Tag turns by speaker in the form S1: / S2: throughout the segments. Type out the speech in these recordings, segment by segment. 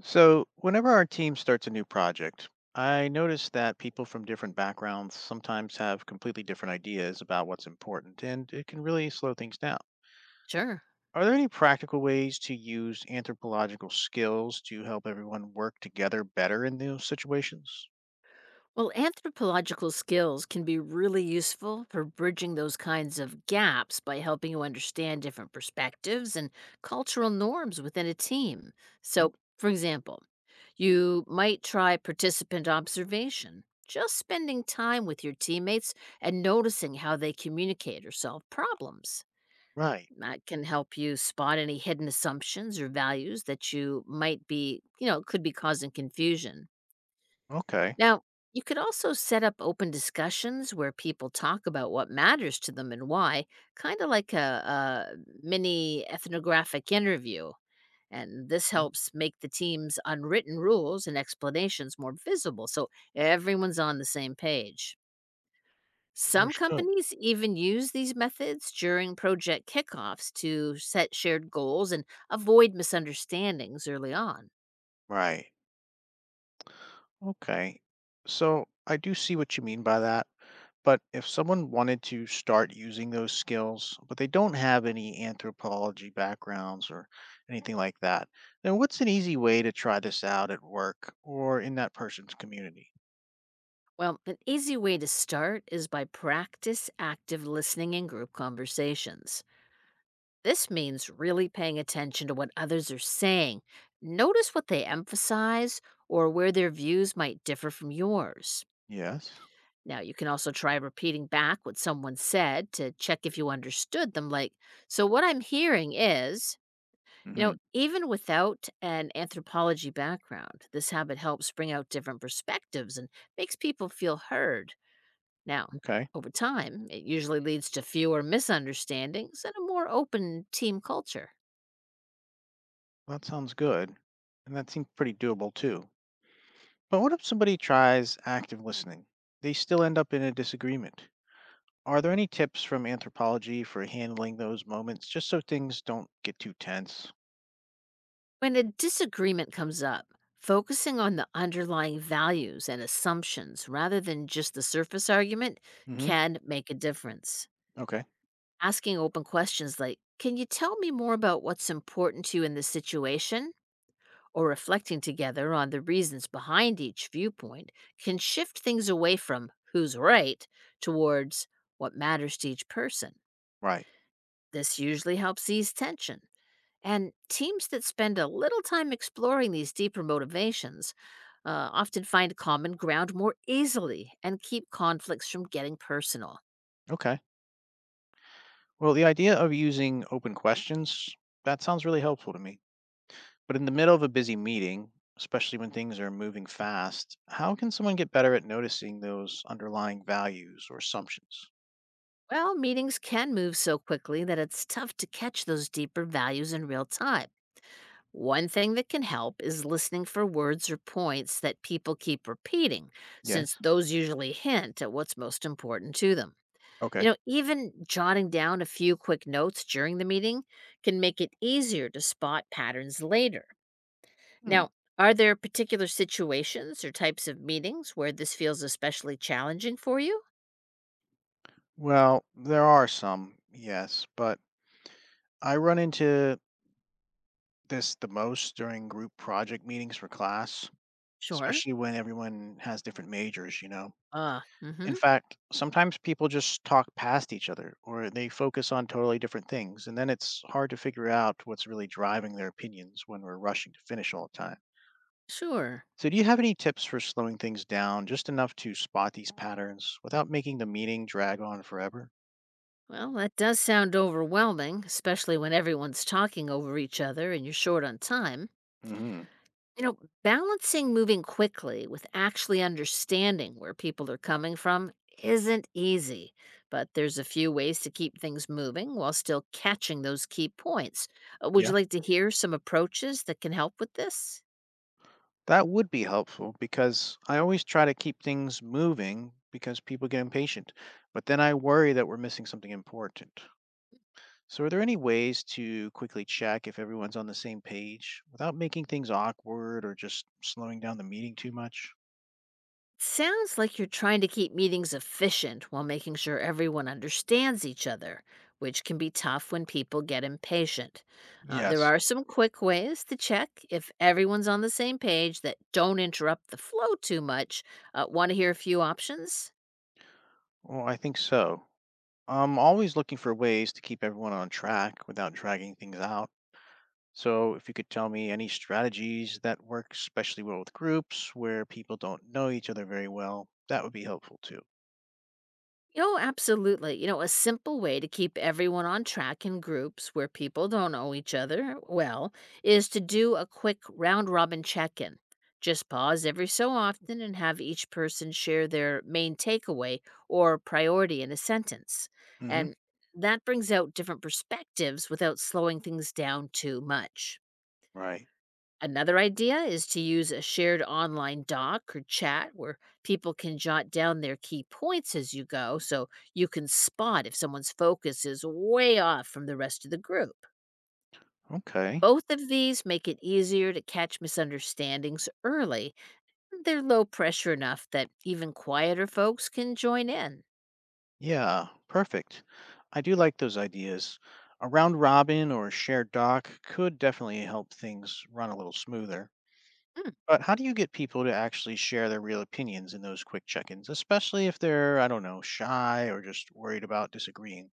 S1: So, whenever our team starts a new project, I notice that people from different backgrounds sometimes have completely different ideas about what's important, and it can really slow things down.
S2: Sure.
S1: Are there any practical ways to use anthropological skills to help everyone work together better in those situations?
S2: Well, anthropological skills can be really useful for bridging those kinds of gaps by helping you understand different perspectives and cultural norms within a team.
S1: Mm.
S2: So, for example, you might try participant observation, just spending time with your teammates and noticing how they communicate or solve problems.
S1: Right.
S2: That can help you spot any hidden assumptions or values that you could be causing confusion.
S1: Okay.
S2: Now, you could also set up open discussions where people talk about what matters to them and why, kind of like a mini ethnographic interview. And this
S1: Mm.
S2: helps make the team's unwritten rules and explanations more visible so everyone's on the same page. Some
S1: Understood.
S2: companies even use these methods during project kickoffs to set shared goals and avoid misunderstandings early on.
S1: Right. Okay. So I do see what you mean by that. But if someone wanted to start using those skills, but they don't have any anthropology backgrounds or anything like that, then what's an easy way to try this out at work or in that person's community?
S2: Well, an easy way to start is by practice active listening in group conversations. This means really paying attention to what others are saying. Notice what they emphasize or where their views might differ from yours.
S1: Yes.
S2: Now, you can also try repeating back what someone said to check if you understood them. Like, so what I'm hearing is,
S1: Hmm.
S2: even without an anthropology background, this habit helps bring out different perspectives and makes people feel heard. Now,
S1: Okay.
S2: over time, it usually leads to fewer misunderstandings and a more open team culture.
S1: That sounds good. And that seems pretty doable too. But what if somebody tries active listening? They still end up in a disagreement. Are there any tips from anthropology for handling those moments just so things don't get too tense?
S2: When a disagreement comes up, focusing on the underlying values and assumptions rather than just the surface argument
S1: Hmm.
S2: can make a difference.
S1: Okay.
S2: Asking open questions like, can you tell me more about what's important to you in this situation? Or reflecting together on the reasons behind each viewpoint can shift things away from who's right towards what matters to each person.
S1: Right.
S2: This usually helps ease tension. And teams that spend a little time exploring these deeper motivations often find common ground more easily and keep conflicts from getting personal.
S1: Okay. Well, the idea of using open questions, that sounds really helpful to me. But in the middle of a busy meeting, especially when things are moving fast, how can someone get better at noticing those underlying values or assumptions?
S2: Well, meetings can move so quickly that it's tough to catch those deeper values in real time. One thing that can help is listening for words or points that people keep repeating, since
S1: Yes.
S2: those usually hint at what's most important to them. You
S1: Okay.
S2: know, even jotting down a few quick notes during the meeting can make it easier to spot patterns later.
S1: Hmm.
S2: Now, are there particular situations or types of meetings where this feels especially challenging for you?
S1: Well, there are some, yes, but I run into this the most during group project meetings for class.
S2: Sure.
S1: Especially when everyone has different majors, you know?
S2: Mm-hmm.
S1: In fact, sometimes people just talk past each other or they focus on totally different things, and then it's hard to figure out what's really driving their opinions when we're rushing to finish all the time.
S2: Sure.
S1: So, do you have any tips for slowing things down just enough to spot these patterns without making the meeting drag on forever?
S2: Well, that does sound overwhelming, especially when everyone's talking over each other and you're short on time.
S1: Hmm.
S2: You know, balancing moving quickly with actually understanding where people are coming from isn't easy, but there's a few ways to keep things moving while still catching those key points. Would
S1: Yeah,
S2: you like to hear some approaches that can help with this?
S1: that would be helpful because I always try to keep things moving because people get impatient, but then I worry that we're missing something important. So, are there any ways to quickly check if everyone's on the same page without making things awkward or just slowing down the meeting too much?
S2: Sounds like you're trying to keep meetings efficient while making sure everyone understands each other, which can be tough when people get impatient. There
S1: Yes.
S2: are some quick ways to check if everyone's on the same page that don't interrupt the flow too much. Want to hear a few options?
S1: Well, I think so. I'm always looking for ways to keep everyone on track without dragging things out. So, if you could tell me any strategies that work especially well with groups where people don't know each other very well, that would be helpful too.
S2: Oh, absolutely. You know, a simple way to keep everyone on track in groups where people don't know each other well is to do a quick round robin check in. Just pause every so often and have each person share their main takeaway or priority in a sentence.
S1: Hmm.
S2: And that brings out different perspectives without slowing things down too much.
S1: Right.
S2: Another idea is to use a shared online doc or chat where people can jot down their key points as you go so you can spot if someone's focus is way off from the rest of the group.
S1: Okay.
S2: Both of these make it easier to catch misunderstandings early. They're low pressure enough that even quieter folks can join in.
S1: Yeah, perfect. I do like those ideas. A round robin or a shared doc could definitely help things run a little smoother.
S2: Hmm.
S1: But how do you get people to actually share their real opinions in those quick check ins, especially if they're, I don't know, shy or just worried about disagreeing?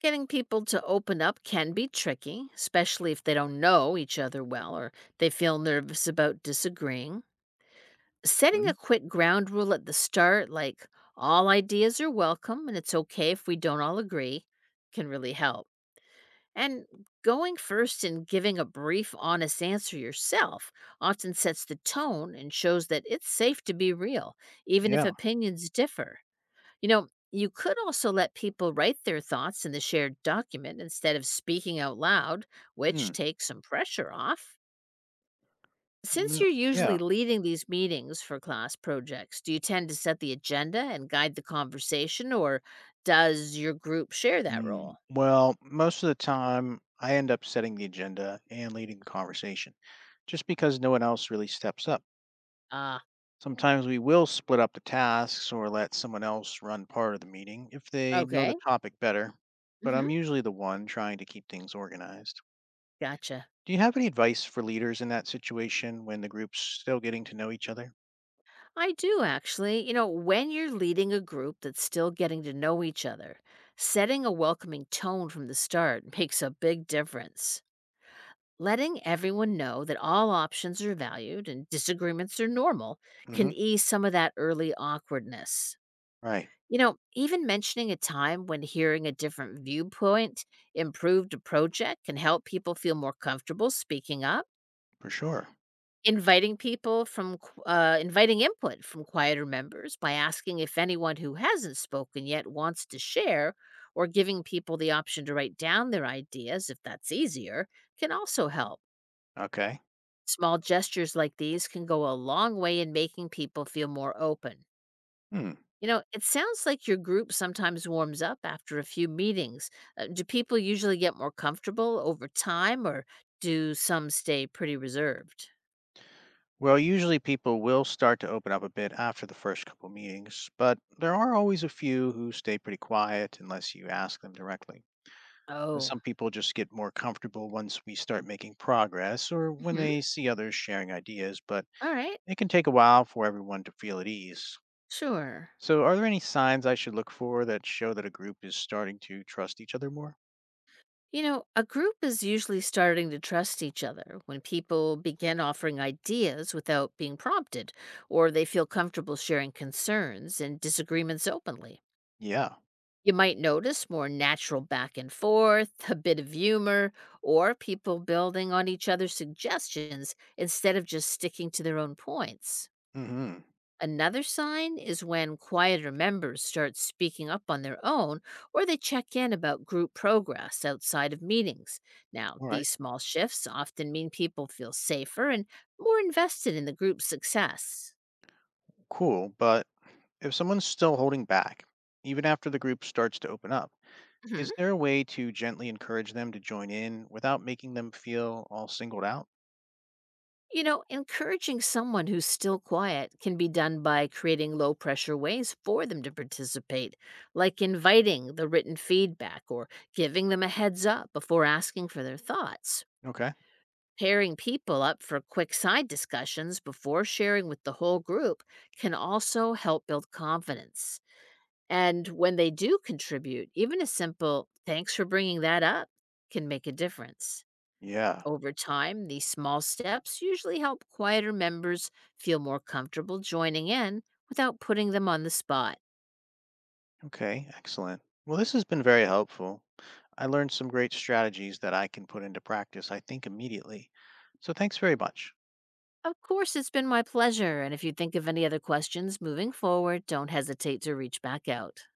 S2: Getting people to open up can be tricky, especially if they don't know each other well or they feel nervous about disagreeing. Setting
S1: Hmm?
S2: a quick ground rule at the start, like all ideas are welcome and it's okay if we don't all agree, can really help. And going first and giving a brief, honest answer yourself often sets the tone and shows that it's safe to be real, even if
S1: Yeah.
S2: opinions differ. You know, you could also let people write their thoughts in the shared document instead of speaking out loud, which
S1: Hmm.
S2: takes some pressure off. Since
S1: Yeah.
S2: you're usually
S1: Yeah.
S2: leading these meetings for class projects, do you tend to set the agenda and guide the conversation, or does your group share that
S1: Hmm.
S2: role?
S1: Well, most of the time, I end up setting the agenda and leading the conversation just because no one else really steps up.
S2: Ah,
S1: Sometimes we will split up the tasks or let someone else run part of the meeting if they know
S2: okay.
S1: the topic better, but
S2: Hmm.
S1: I'm usually the one trying to keep things organized.
S2: Gotcha.
S1: Do you have any advice for leaders in that situation when the group's still getting to know each other?
S2: I do actually. You know, when you're leading a group that's still getting to know each other, setting a welcoming tone from the start makes a big difference. Letting everyone know that all options are valued and disagreements are normal can
S1: Hmm.
S2: ease some of that early awkwardness.
S1: Right,
S2: You know, even mentioning a time when hearing a different viewpoint improved a project can help people feel more comfortable speaking up.
S1: for sure.
S2: Inviting people from, inviting input from quieter members by asking if anyone who hasn't spoken yet wants to share, or giving people the option to write down their ideas if that's easier, can also help.
S1: Okay.
S2: Small gestures like these can go a long way in making people feel more open.
S1: Hmm.
S2: You know, it sounds like your group sometimes warms up after a few meetings. Do people usually get more comfortable over time or do some stay pretty reserved?
S1: Well, usually people will start to open up a bit after the first couple meetings, but there are always a few who stay pretty quiet unless you ask them directly.
S2: Oh.
S1: Some people just get more comfortable once we start making progress or when
S2: Hmm.
S1: they see others sharing ideas, but
S2: All right.
S1: it can take a while for everyone to feel at ease.
S2: Sure.
S1: So, are there any signs I should look for that show that a group is starting to trust each other more?
S2: You know, a group is usually starting to trust each other when people begin offering ideas without being prompted, or they feel comfortable sharing concerns and disagreements openly.
S1: Yeah.
S2: You might notice more natural back and forth, a bit of humor, or people building on each other's suggestions instead of just sticking to their own points.
S1: Mm-hmm.
S2: Another sign is when quieter members start speaking up on their own or they check in about group progress outside of meetings. Now,
S1: All right.
S2: these small shifts often mean people feel safer and more invested in the group's success.
S1: Cool. But if someone's still holding back, even after the group starts to open up,
S2: Mhm.
S1: is there a way to gently encourage them to join in without making them feel all singled out?
S2: You know, encouraging someone who's still quiet can be done by creating low pressure ways for them to participate, like inviting the written feedback or giving them a heads up before asking for their thoughts.
S1: Okay.
S2: Pairing people up for quick side discussions before sharing with the whole group can also help build confidence. And when they do contribute, even a simple thanks for bringing that up can make a difference.
S1: Yeah.
S2: Over time, these small steps usually help quieter members feel more comfortable joining in without putting them on the spot.
S1: Okay, excellent. Well, this has been very helpful. I learned some great strategies that I can put into practice, I think, immediately. So thanks very much.
S2: Of course, it's been my pleasure, and if you think of any other questions moving forward, don't hesitate to reach back out.